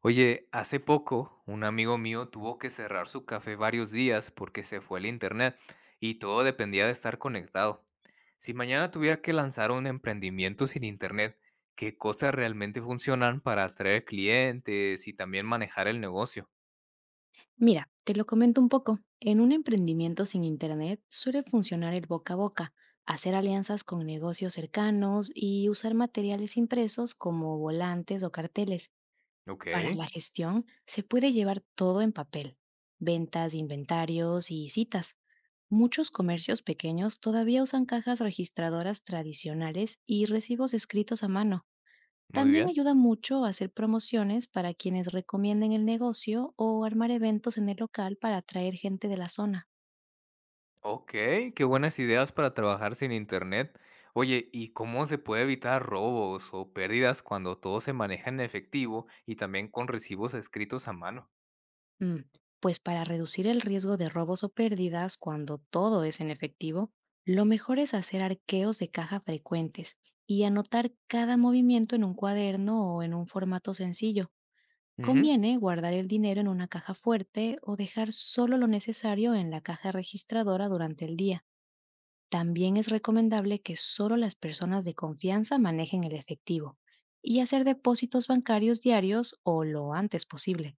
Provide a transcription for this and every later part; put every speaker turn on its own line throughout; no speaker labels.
Oye, hace poco un amigo mío tuvo que cerrar su café varios días porque se fue el internet y todo dependía de estar conectado. Si mañana tuviera que lanzar un emprendimiento sin internet, ¿qué cosas realmente funcionan para atraer clientes y también manejar el negocio?
Mira, te lo comento un poco. En un emprendimiento sin internet suele funcionar el boca a boca, hacer alianzas con negocios cercanos y usar materiales impresos como volantes o carteles.
Ok,
Para la gestión se puede llevar todo en papel, ventas, inventarios y citas. Muchos comercios pequeños todavía usan cajas registradoras tradicionales y recibos escritos a mano.
muy
También
bien.
ayuda mucho a hacer promociones para quienes recomienden el negocio o armar eventos en el local para atraer gente de la zona.
Ok, qué buenas ideas para trabajar sin internet. Oye, ¿y cómo se puede evitar robos o pérdidas cuando todo se maneja en efectivo y también con recibos escritos a mano?
Mm. Pues para reducir el riesgo de robos o pérdidas cuando todo es en efectivo, lo mejor es hacer arqueos de caja frecuentes y anotar cada movimiento en un cuaderno o en un formato sencillo.
Ujú.
Conviene guardar el dinero en una caja fuerte o dejar solo lo necesario en la caja registradora durante el día. También es recomendable que solo las personas de confianza manejen el efectivo y hacer depósitos bancarios diarios o lo antes posible.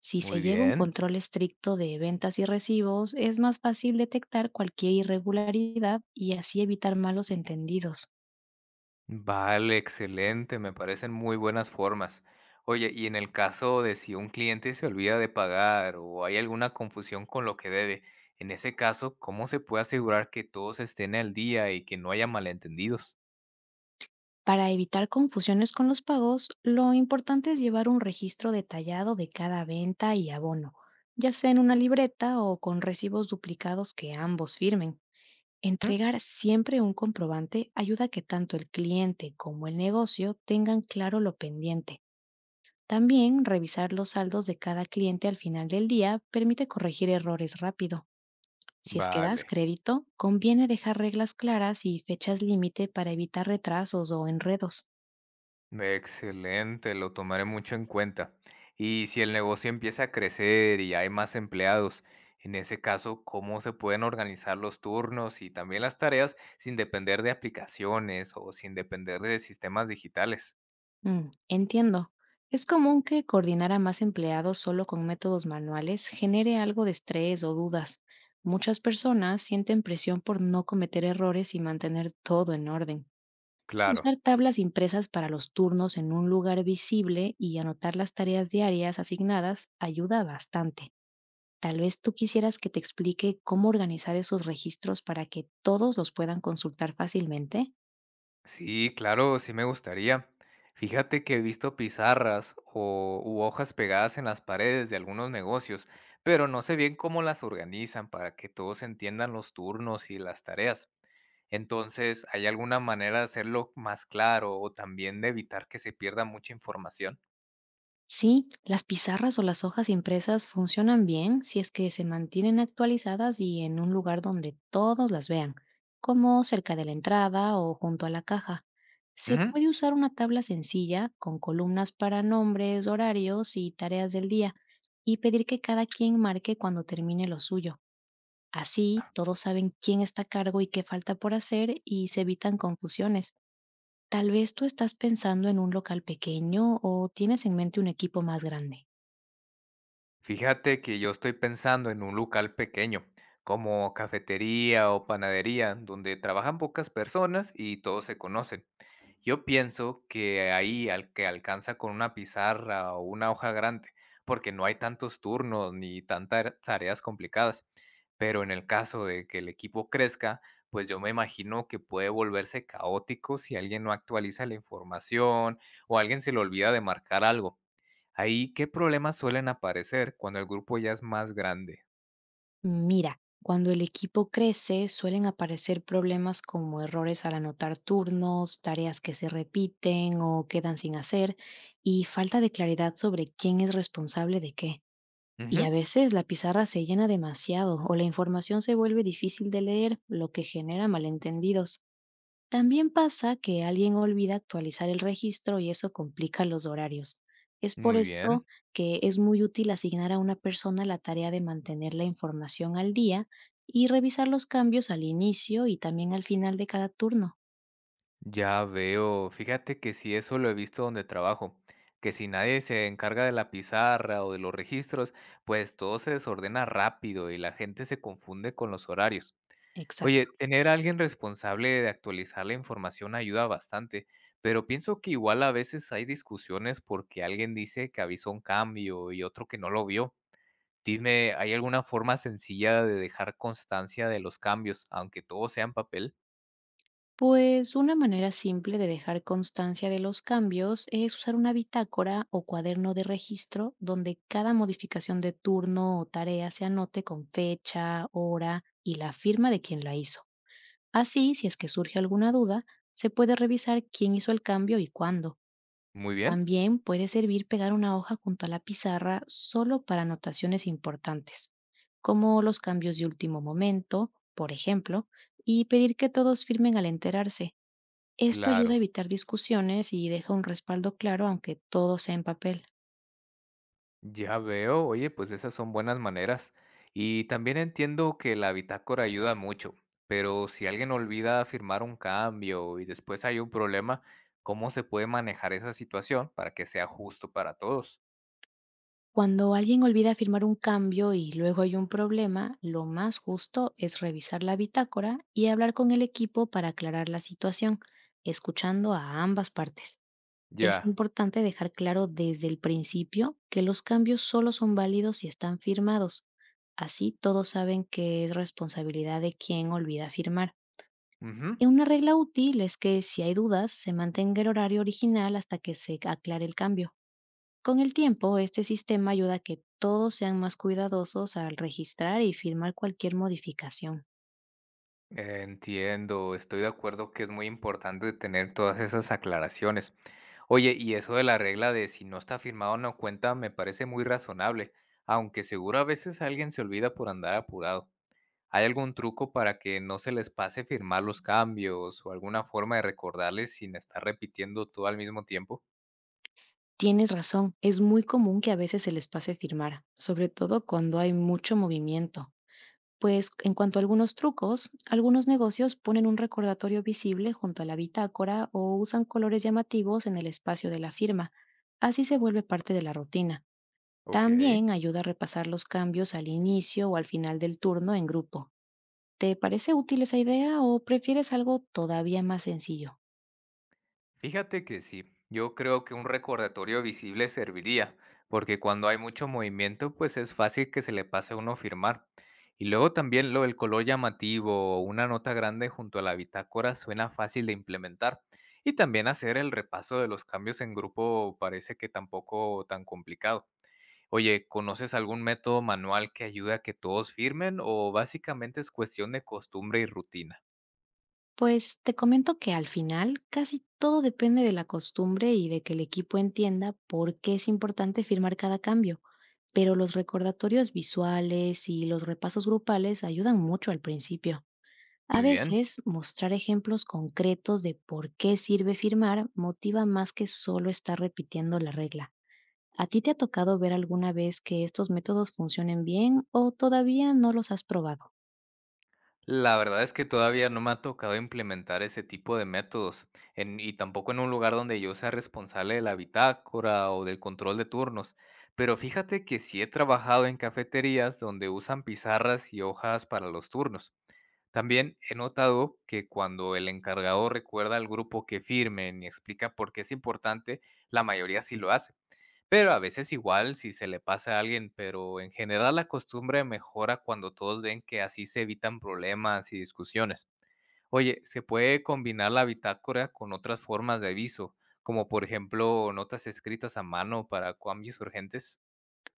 Si se
Muy
lleva un
bien,
control estricto de ventas y recibos, es más fácil detectar cualquier irregularidad y así evitar malos entendidos.
vale, excelente, me parecen muy buenas formas. Oye, y en el caso de si un cliente se olvida de pagar o hay alguna confusión con lo que debe, en ese caso, ¿cómo se puede asegurar que todos estén al día y que no haya malentendidos?
Para evitar confusiones con los pagos, lo importante es llevar un registro detallado de cada venta y abono, ya sea en una libreta o con recibos duplicados que ambos firmen.
¿Mm?
Entregar siempre un comprobante ayuda a que tanto el cliente como el negocio tengan claro lo pendiente. También revisar los saldos de cada cliente al final del día permite corregir errores rápido. Si es que das
Vale.
crédito, conviene dejar reglas claras y fechas límite para evitar retrasos o enredos.
Excelente, lo tomaré mucho en cuenta. Y si el negocio empieza a crecer y hay más empleados, en ese caso, ¿cómo se pueden organizar los turnos y también las tareas sin depender de aplicaciones o sin depender de sistemas digitales?
Mm, entiendo. Es común que coordinar a más empleados solo con métodos manuales genere algo de estrés o dudas. Muchas personas sienten presión por no cometer errores y mantener todo en orden.
Claro.
Usar tablas impresas para los turnos en un lugar visible y anotar las tareas diarias asignadas ayuda bastante. Tal vez tú quisieras que te explique cómo organizar esos registros para que todos los puedan consultar fácilmente.
Sí, claro, sí me gustaría. Fíjate que he visto pizarras o, u hojas pegadas en las paredes de algunos negocios, pero no sé bien cómo las organizan para que todos entiendan los turnos y las tareas. Entonces, ¿hay alguna manera de hacerlo más claro o también de evitar que se pierda mucha información?
Sí, las pizarras o las hojas impresas funcionan bien si es que se mantienen actualizadas y en un lugar donde todos las vean, como cerca de la entrada o junto a la caja. Se
Ujú.
puede usar una tabla sencilla con columnas para nombres, horarios y tareas del día, y pedir que cada quien marque cuando termine lo suyo. Así todos saben quién está a cargo y qué falta por hacer, y se evitan confusiones. Tal vez tú estás pensando en un local pequeño o tienes en mente un equipo más grande.
Fíjate que yo estoy pensando en un local pequeño, como cafetería o panadería, donde trabajan pocas personas y todos se conocen. Yo pienso que ahí al que alcanza con una pizarra o una hoja grande, porque no hay tantos turnos ni tantas tareas complicadas. Pero en el caso de que el equipo crezca, pues yo me imagino que puede volverse caótico si alguien no actualiza la información o alguien se le olvida de marcar algo. Ahí, ¿qué problemas suelen aparecer cuando el grupo ya es más grande?
Mira, cuando el equipo crece, suelen aparecer problemas como errores al anotar turnos, tareas que se repiten o quedan sin hacer, y falta de claridad sobre quién es responsable de qué. Y
Ujú,
a veces la pizarra se llena demasiado o la información se vuelve difícil de leer, lo que genera malentendidos. También pasa que alguien olvida actualizar el registro y eso complica los horarios. Es por
muy
esto
bien.
que es muy útil asignar a una persona la tarea de mantener la información al día y revisar los cambios al inicio y también al final de cada turno.
Ya veo. Fíjate que si eso lo he visto donde trabajo, que si nadie se encarga de la pizarra o de los registros, pues todo se desordena rápido y la gente se confunde con los horarios. Oye,
Exacto.
tener a alguien responsable de actualizar la información ayuda bastante, pero pienso que igual a veces hay discusiones porque alguien dice que avisó un cambio y otro que no lo vio. Dime, ¿hay alguna forma sencilla de dejar constancia de los cambios, aunque todo sea en papel?
Pues una manera simple de dejar constancia de los cambios es usar una bitácora o cuaderno de registro donde cada modificación de turno o tarea se anote con fecha, hora y la firma de quien la hizo. Así, si es que surge alguna duda, se puede revisar quién hizo el cambio y cuándo.
Muy bien.
También puede servir pegar una hoja junto a la pizarra solo para anotaciones importantes, como los cambios de último momento, por ejemplo, y pedir que todos firmen al enterarse. Esto ayuda a
Claro.
evitar discusiones y deja un respaldo claro aunque todo sea en papel.
Ya veo, oye, pues esas son buenas maneras. Y también entiendo que la bitácora ayuda mucho, pero si alguien olvida firmar un cambio y después hay un problema, ¿cómo se puede manejar esa situación para que sea justo para todos?
Cuando alguien olvida firmar un cambio y luego hay un problema, lo más justo es revisar la bitácora y hablar con el equipo para aclarar la situación, escuchando a ambas partes. Es
Ya.
importante dejar claro desde el principio que los cambios solo son válidos si están firmados. Así todos saben que es responsabilidad de quien olvida firmar.
Ujú.
Y una regla útil es que, si hay dudas, se mantenga el horario original hasta que se aclare el cambio. Con el tiempo, este sistema ayuda a que todos sean más cuidadosos al registrar y firmar cualquier modificación.
Entiendo, estoy de acuerdo que es muy importante tener todas esas aclaraciones. Oye, y eso de la regla de si no está firmado no cuenta me parece muy razonable, aunque seguro a veces alguien se olvida por andar apurado. ¿Hay algún truco para que no se les pase firmar los cambios o alguna forma de recordarles sin estar repitiendo todo al mismo tiempo?
Tienes razón, es muy común que a veces se les pase firmar, sobre todo cuando hay mucho movimiento. Pues en cuanto a algunos trucos, algunos negocios ponen un recordatorio visible junto a la bitácora o usan colores llamativos en el espacio de la firma. Así se vuelve parte de la rutina.
Ok.
También ayuda a repasar los cambios al inicio o al final del turno en grupo. ¿Te parece útil esa idea o prefieres algo todavía más sencillo?
Fíjate que sí, yo creo que un recordatorio visible serviría, porque cuando hay mucho movimiento, pues es fácil que se le pase a uno firmar. Y luego también lo del color llamativo o una nota grande junto a la bitácora suena fácil de implementar. Y también hacer el repaso de los cambios en grupo parece que tampoco tan complicado. Oye, ¿conoces algún método manual que ayude a que todos firmen o básicamente es cuestión de costumbre y rutina?
Pues te comento que al final casi todo depende de la costumbre y de que el equipo entienda por qué es importante firmar cada cambio, pero los recordatorios visuales y los repasos grupales ayudan mucho al principio. A
Muy bien.
veces, mostrar ejemplos concretos de por qué sirve firmar motiva más que solo estar repitiendo la regla. ¿A ti te ha tocado ver alguna vez que estos métodos funcionen bien o todavía no los has probado?
La verdad es que todavía no me ha tocado implementar ese tipo de métodos y tampoco en un lugar donde yo sea responsable de la bitácora o del control de turnos. Pero fíjate que sí he trabajado en cafeterías donde usan pizarras y hojas para los turnos. También he notado que cuando el encargado recuerda al grupo que firmen y explica por qué es importante, la mayoría sí lo hace. Pero a veces igual si se le pasa a alguien, pero en general la costumbre mejora cuando todos ven que así se evitan problemas y discusiones. Oye, se puede combinar la bitácora con otras formas de aviso, como por ejemplo notas escritas a mano para cambios urgentes.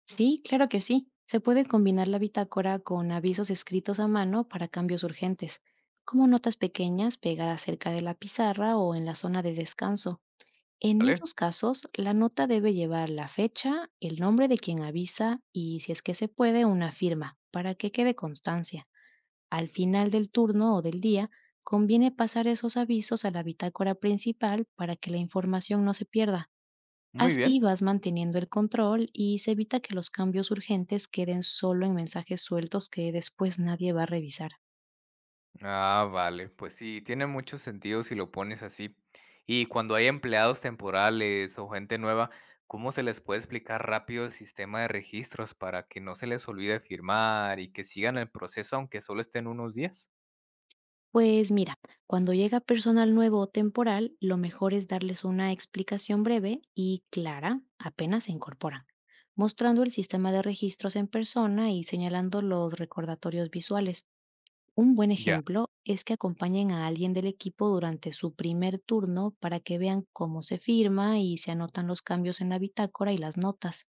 Sí, claro que sí. Se puede combinar la bitácora con avisos escritos a mano para cambios urgentes, como notas pequeñas pegadas cerca de la pizarra o en la zona de descanso. En
¿Vale?
esos casos, la nota debe llevar la fecha, el nombre de quien avisa y, si es que se puede, una firma, para que quede constancia. Al final del turno o del día, conviene pasar esos avisos a la bitácora principal para que la información no se pierda.
Muy
Así
bien.
vas manteniendo el control y se evita que los cambios urgentes queden solo en mensajes sueltos que después nadie va a revisar.
Ah, vale, pues sí, tiene mucho sentido si lo pones así. Y cuando hay empleados temporales o gente nueva, ¿cómo se les puede explicar rápido el sistema de registros para que no se les olvide firmar y que sigan el proceso aunque solo estén unos días?
Pues mira, cuando llega personal nuevo o temporal, lo mejor es darles una explicación breve y clara apenas se incorporan, mostrando el sistema de registros en persona y señalando los recordatorios visuales. Un buen
Ya.
ejemplo es que acompañen a alguien del equipo durante su primer turno para que vean cómo se firma y se anotan los cambios en la bitácora y las notas.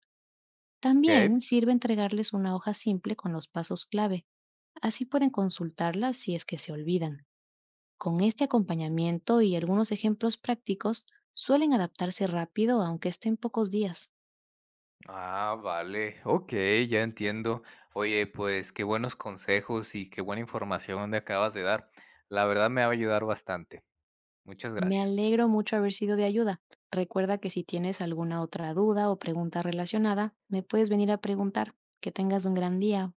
También
Ok.
sirve entregarles una hoja simple con los pasos clave. Así pueden consultarlas si es que se olvidan. Con este acompañamiento y algunos ejemplos prácticos, suelen adaptarse rápido aunque estén pocos días.
Ah, vale. Ok, ya entiendo. Oye, pues qué buenos consejos y qué buena información me acabas de dar. La verdad me va a ayudar bastante. Muchas
Me
gracias.
alegro mucho haber sido de ayuda. Recuerda que si tienes alguna otra duda o pregunta relacionada, me puedes venir a preguntar. Que tengas un gran día.